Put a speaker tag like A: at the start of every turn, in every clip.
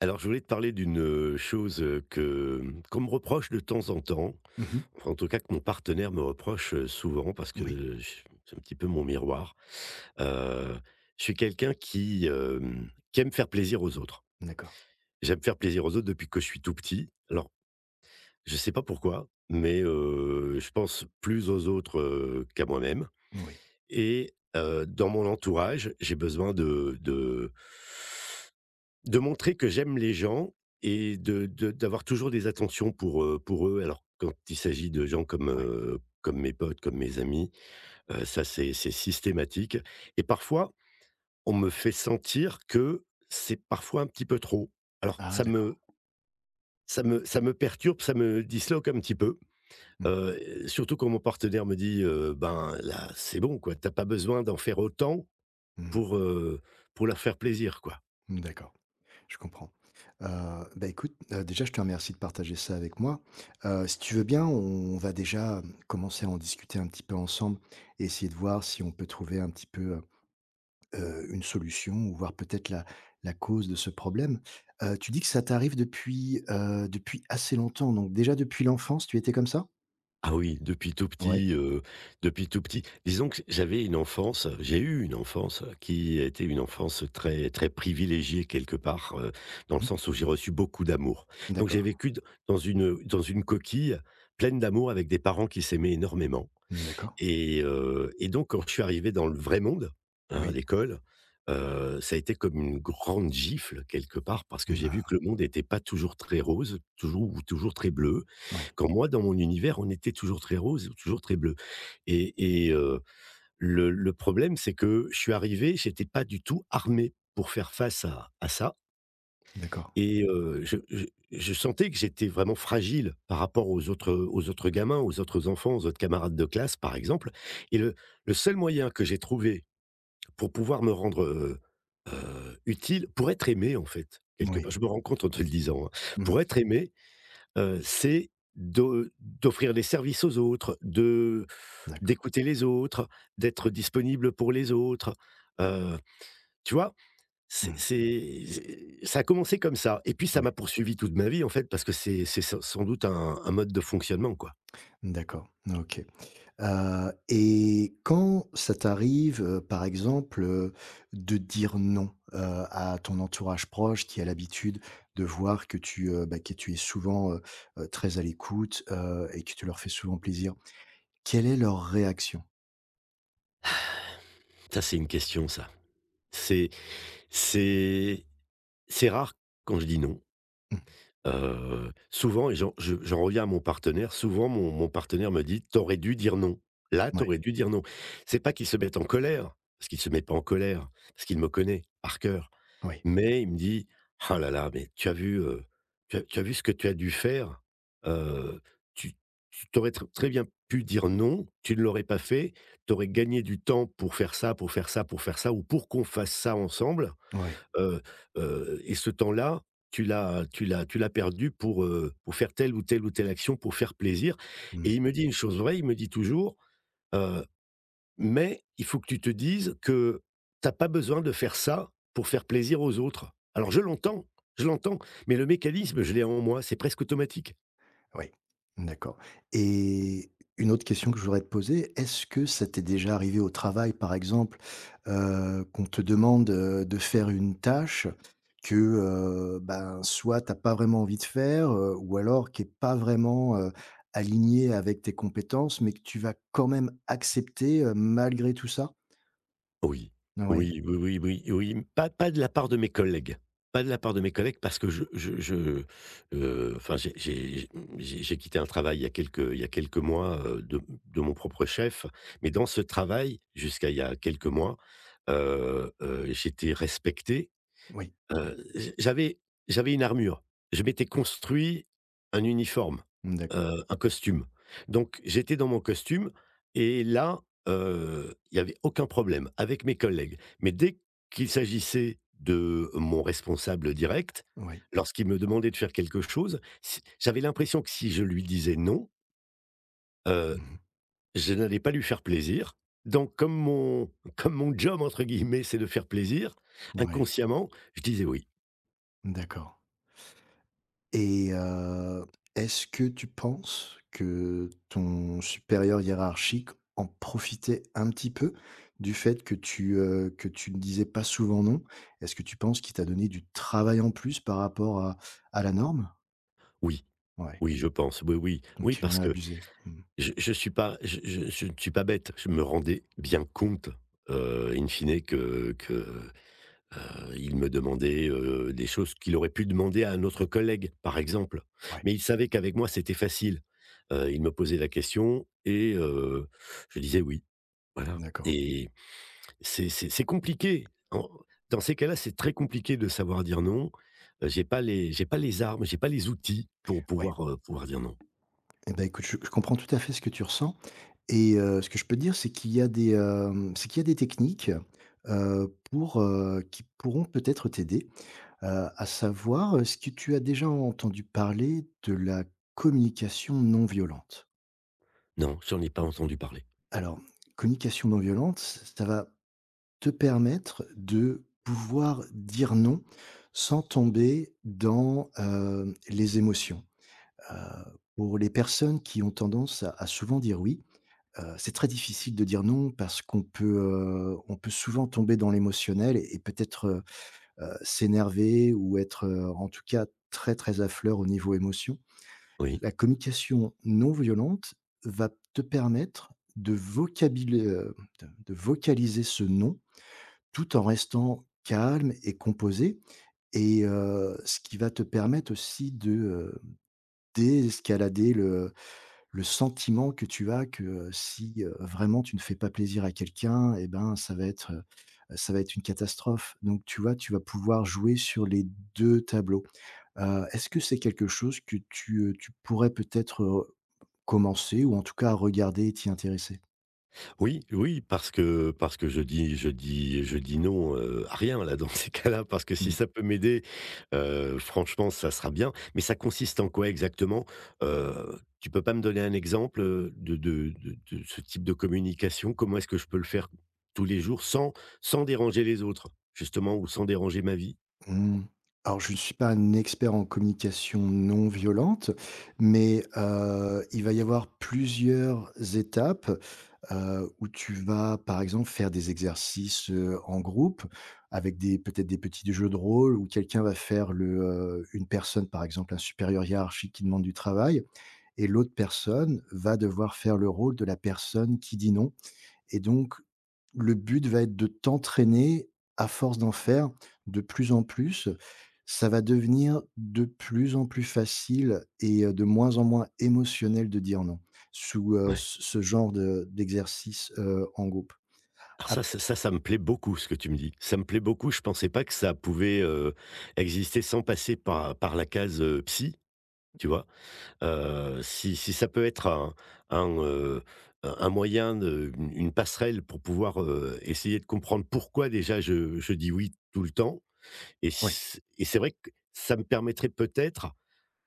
A: Alors, je voulais te parler d'une, chose, que qu'on me reproche de temps en temps,
B: Mmh mh.
A: enfin, en tout cas que mon partenaire me reproche, souvent parce
B: Oui,
A: que j c'est un petit peu mon miroir. Heu, je suis quelqu'un qui, qui aime faire plaisir aux autres.
B: d'accord.
A: J'aime faire plaisir aux autres depuis que je suis tout petit. Alors, je ne sais pas pourquoi, mais, je pense plus aux autres, qu'à moi-même,
B: Oui,
A: et dans mon entourage, j'ai besoin de montrer que j'aime les gens et de d'avoir toujours des attentions pour eux. Alors quand il s'agit de gens comme,
B: ouais.
A: comme mes potes, comme mes amis, ça c'est systématique et parfois on me fait sentir que c'est parfois un petit peu trop. Alors
B: Ah
A: ça me
B: d'accord.
A: ça me perturbe, ça me disloque un petit peu,
B: Mmh.
A: surtout quand mon partenaire me dit, «Ben là, c'est bon quoi, t'as pas besoin d'en faire autant
B: Mmh mh.
A: pour, heu, pour leur faire plaisir quoi».
B: D'accord, je comprends. Heu, Écoute, déjà, je te remercie de partager ça avec moi. Si tu veux bien, on va déjà, commencer à en discuter un petit peu ensemble et essayer de voir si on peut trouver un petit peu, une solution ou voir peut-être la cause de ce problème. Tu dis que ça t'arrive depuis, depuis assez longtemps, donc déjà depuis l'enfance, tu étais comme ça?
A: Ah oui, depuis tout
B: Ouais.
A: petit, depuis tout petit. Disons que j'ai eu une enfance qui a été une enfance très, très privilégiée quelque part, dans le
B: Mmh.
A: sens où j'ai reçu beaucoup d'amour. Donc j'ai
B: D'accord.
A: vécu d dans une coquille pleine d'amour avec des parents qui s'aimaient énormément.
B: D'accord.
A: Et donc quand je suis arrivé dans le vrai monde, hein, à
B: Oui.
A: l'école, ça a été comme une grande gifle quelque part parce que
B: Mmh,
A: j'ai vu que
B: ah
A: le monde n'était pas toujours très rose, toujours très bleu.
B: oui,
A: Quand moi, dans mon univers, on était toujours très rose ou toujours très bleu, et le problème, c'est que je suis arrivé, j'étais pas du tout armé pour faire face à ça.
B: d'accord.
A: Et je sentais que j'étais vraiment fragile par rapport aux autres gamins, aux autres enfants, aux autres camarades de classe, par exemple. Et le seul moyen que j'ai trouvé pour pouvoir me rendre, utile, pour être aimé, en fait, quelque part,
B: Oui.
A: je me rends compte en te le disant, hein.
B: Mmh.
A: Pour être aimé, c'est de d'offrir des services aux autres, de
B: D'accord.
A: d'écouter les autres, d'être disponible pour les autres. Heu, tu vois?
B: Mmh.
A: C'est ça a commencé comme ça et puis
B: Ah
A: ça
B: oui,
A: m'a poursuivi toute ma vie, en fait, parce que c'est sans doute un mode de fonctionnement, quoi.
B: d'accord. OK. Et quand ça t'arrive, par exemple, de dire non, à ton entourage proche qui a l'habitude de voir que tu, que tu es souvent, très à l'écoute, et que tu leur fais souvent plaisir, quelle est leur réaction?
A: Ça, c'est une question, ça. C'est c'est c'est rare quand je dis «non».
B: Mmh.
A: Souvent, et j'en reviens à mon partenaire, souvent mon partenaire me dit: t'aurais dû dire non. Là,
B: Ouais,
A: t'aurais dû dire non». C'est pas qu'il se mette en colère, parce qu'il se met pas en colère, parce qu'il me connaît par cœur.
B: oui,
A: Mais il me dit: «Ah là là, mais tu as vu, tu as vu ce que tu as dû faire? Heu, tu tu tu tr très bien pu dire non, tu ne l'aurais pas fait, tu aurais gagné du temps pour faire ça, pour faire ça, pour faire ça ou pour qu'on fasse ça ensemble,
B: oui.
A: heu et ce temps-là, tu l'as perdu pour faire telle ou telle ou telle action, pour faire plaisir», et
B: Mmh.
A: il me dit une chose vraie, il me dit toujours, mais il faut que tu te dises que t'as pas besoin de faire ça pour faire plaisir aux autres. Alors
B: Oui.
A: je l'entends, mais le mécanisme, je l'ai en moi, c'est presque automatique.
B: Oui, d'accord, et une autre question que je voudrais te poser, est-ce que ça t'est déjà arrivé au travail, par exemple, qu'on te demande, de faire une tâche que, soit t'as pas vraiment envie de faire, ou alors qui est pas vraiment, alignée avec tes compétences, mais que tu vas quand même accepter, malgré tout ça?
A: Oui.
B: Oui,
A: Oui, oui, oui, oui, oui. Pas de la part de mes collègues, pas de la part de mes collègues parce que enfin j'ai quitté un travail il y a quelques il y a quelques mois, de mon propre chef, mais dans ce travail, jusqu'à il y a quelques mois, j'étais respecté.
B: oui,
A: J'avais une armure. Je m'étais construit un uniforme,
B: d'accord,
A: un costume. Donc j'étais dans mon costume et là, il y avait aucun problème avec mes collègues. Mais dès qu'il s'agissait de mon responsable direct,
B: oui.
A: lorsqu'il me demandait de faire quelque chose, si j'avais l'impression que si je lui disais non, heu,
B: Mmh mh.
A: je n'allais pas lui faire plaisir. Donc comme mon «job» entre guillemets, c'est de faire plaisir,
B: Ouais,
A: inconsciemment, je disais oui.
B: d'accord. Et est-ce que tu penses que ton supérieur hiérarchique en profitait un petit peu du fait que tu ne disais pas souvent non? Est-ce que tu penses qu'il t'a donné du travail en plus par rapport à la norme?
A: Oui.
B: Ouais,
A: Oui, je pense. Oui, oui. Oui,
B: donc il en
A: parce
B: a
A: que
B: abusé. Mmh.
A: je ne suis pas bête. Je me rendais bien compte, in fine que, il me demandait, des choses qu'il aurait pu demander à un autre collègue, par exemple.
B: Ouais,
A: Mais il savait qu'avec moi, c'était facile. Il me posait la question et je disais: «Oui», voilà.
B: d'accord.
A: Et c'est compliqué. En Dans ces cas-là, c'est très compliqué de savoir dire non. J'ai pas les armes, j'ai pas les outils pour
B: Ouais.
A: pouvoir, pouvoir dire non.
B: Et ben écoute, je comprends tout à fait ce que tu ressens et ce que je peux te dire, c'est qu'il y a des, c'est qu'il y a des techniques, pour, qui pourront peut-être t'aider. À savoir, est-ce que tu as déjà entendu parler de la communication non violente?
A: Non, j'en ai pas entendu parler.
B: Alors, communication non violente, ça va te permettre de pouvoir dire non sans tomber dans, les émotions. Heu, pour les personnes qui ont tendance à souvent dire oui, c'est très difficile de dire non parce qu'on peut, on peut souvent tomber dans l'émotionnel et peut-être, s'énerver ou être, en tout cas très, très à fleur au niveau émotion.
A: Oui.
B: La communication non violente va te permettre de vocabula de vocaliser ce «non» tout en restant calme et composé et ce qui va te permettre aussi de, désescalader le sentiment que tu as que, si, vraiment tu ne fais pas plaisir à quelqu'un et ben, ça va être une catastrophe. Donc tu vois, tu vas pouvoir jouer sur les 2 tableaux. Est-ce que c'est quelque chose que tu, tu pourrais peut-être, commencer ou en tout cas à regarder et t'y intéresser.
A: Oui, oui, parce que je dis non, à rien là dans ces cas-là, parce que si
B: Mmh.
A: ça peut m'aider, franchement ça sera bien. Mais ça consiste en quoi exactement? Tu peux pas me donner un exemple, de ce type de communication? Comment est-ce que je peux le faire tous les jours sans déranger les autres, justement, ou sans déranger ma vie?
B: Mmh. Alors je ne suis pas un expert en communication non violente, mais, il va y avoir plusieurs étapes, où tu vas, par exemple, faire des exercices, en groupe avec des peut-être des petits jeux de rôle où quelqu'un va faire le, une personne, par exemple, un supérieur hiérarchique qui demande du travail, et l'autre personne va devoir faire le rôle de la personne qui dit non. Et donc, le but va être de t'entraîner à force d'en faire de plus en plus. Ça va devenir de plus en plus facile et de moins en moins émotionnel de dire non, sous,
A: Ouais.
B: ce genre de d'exercice, en groupe.
A: Alors
B: Ap
A: ça me plaît beaucoup ce que tu me dis. Ça me plaît beaucoup, je pensais pas que ça pouvait, exister sans passer par la case, psy, tu vois? Si ça peut être un, heu, un moyen de une passerelle pour pouvoir, essayer de comprendre pourquoi déjà je dis oui tout le temps,
B: Oui,
A: et c'est vrai que ça me permettrait peut-être…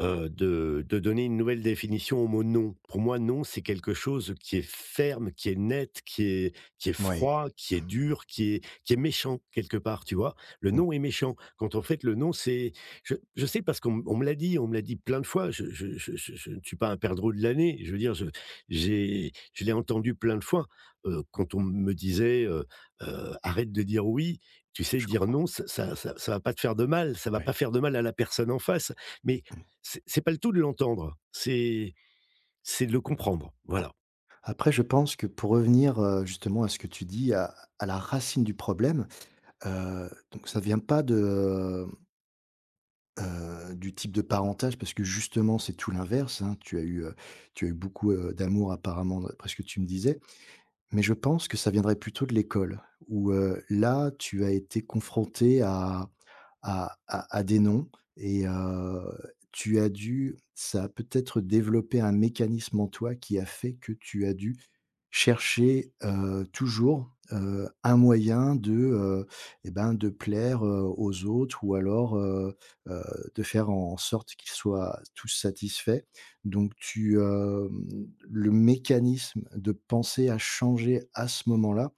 A: De donner une nouvelle définition au mot «non». Pour moi, non, c'est quelque chose qui est ferme, qui est net, qui est
B: ouais,
A: froid, qui est dur, qui est méchant quelque part, tu vois? Le
B: mmh,
A: non est méchant. Quand en fait le non, c'est… je sais parce qu'on me l'a dit, plein de fois, je ne suis pas un perdreau de l'année. Je veux dire, je j'ai je l'ai entendu plein de fois, quand on me disait, «Arrête de dire oui, tu sais,
B: je
A: dire
B: comprends,
A: non, ça va pas te faire de mal, ça va
B: ouais.
A: pas faire de mal à la personne en face». Mais c'est pas le tout de l'entendre, c'est de le comprendre, voilà.
B: Après je pense que pour revenir, justement à ce que tu dis, à la racine du problème, donc ça vient pas de du type de parentage parce que justement c'est tout l'inverse, hein. Tu as eu beaucoup, d'amour apparemment d'après ce que tu me disais. Mais je pense que ça viendrait plutôt de l'école où, là tu as été confronté à des noms, et tu as dû ça a peut-être développé un mécanisme en toi qui a fait que tu as dû chercher, toujours, un moyen de, et ben, de plaire, aux autres ou alors, heu, de faire en sorte qu'ils soient tous satisfaits. Donc tu, le mécanisme de penser à changer à ce moment-là,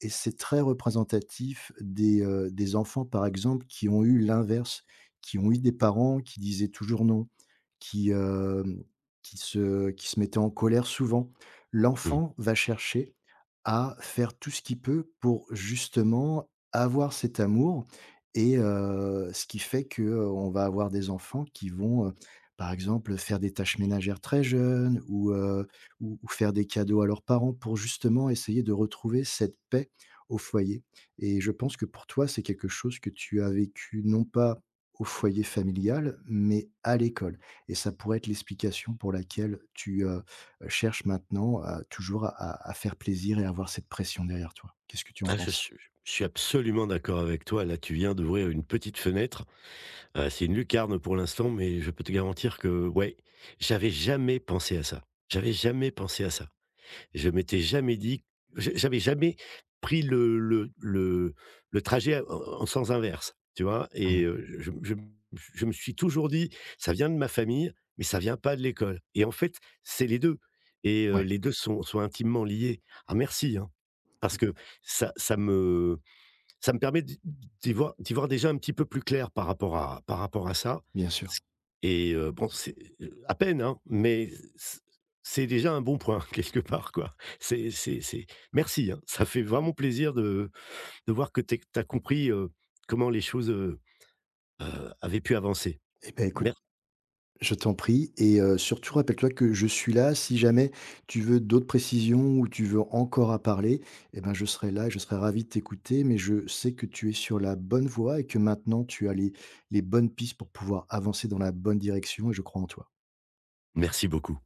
B: et c'est très représentatif des enfants, par exemple, qui ont eu l'inverse, qui ont eu des parents qui disaient toujours non, qui, qui se mettaient en colère souvent.
A: Mmh.
B: L'enfant va chercher à faire tout ce qu'il peut pour justement avoir cet amour, et ce qui fait que, on va avoir des enfants qui vont, par exemple, faire des tâches ménagères très jeunes ou faire des cadeaux à leurs parents pour justement essayer de retrouver cette paix au foyer, et je pense que pour toi, c'est quelque chose que tu as vécu non pas au foyer familial, mais à l'école, et ça pourrait être l'explication pour laquelle tu, cherches maintenant à toujours à faire plaisir et à avoir cette pression derrière toi. Qu'est-ce que tu en
A: Ah,
B: penses?
A: je suis absolument d'accord avec toi, là, tu viens d'ouvrir une petite fenêtre. C'est une lucarne pour l'instant, mais je peux te garantir que, ouais, j'avais jamais pensé à ça. J'avais jamais pensé à ça. Je m'étais jamais dit j'avais jamais pris le trajet en sens inverse, tu vois? Et
B: Mmh,
A: je me suis toujours dit: «Ça vient de ma famille, mais ça vient pas de l'école», et en fait, c'est les 2, et
B: ouais,
A: les 2 sont sont intimement liés. Ah merci, hein, parce que ça ça me ça me permet d'y voir déjà un petit peu plus clair par rapport à ça.
B: bien
A: Ce
B: sûr.
A: Et bon, c'est, à peine, hein, mais c c'est déjà un bon point quelque part, quoi. C'est merci, hein, ça fait vraiment plaisir de voir que tu as compris, comment les choses, avaient pu avancer.
B: Eh ben, écoute,
A: Mer
B: je t'en prie et surtout rappelle-toi que je suis là si jamais tu veux d'autres précisions ou tu veux encore à parler, eh ben, je serai là et je serai ravi de t'écouter, mais je sais que tu es sur la bonne voie et que maintenant tu as les bonnes pistes pour pouvoir avancer dans la bonne direction et je crois en toi.
A: merci beaucoup.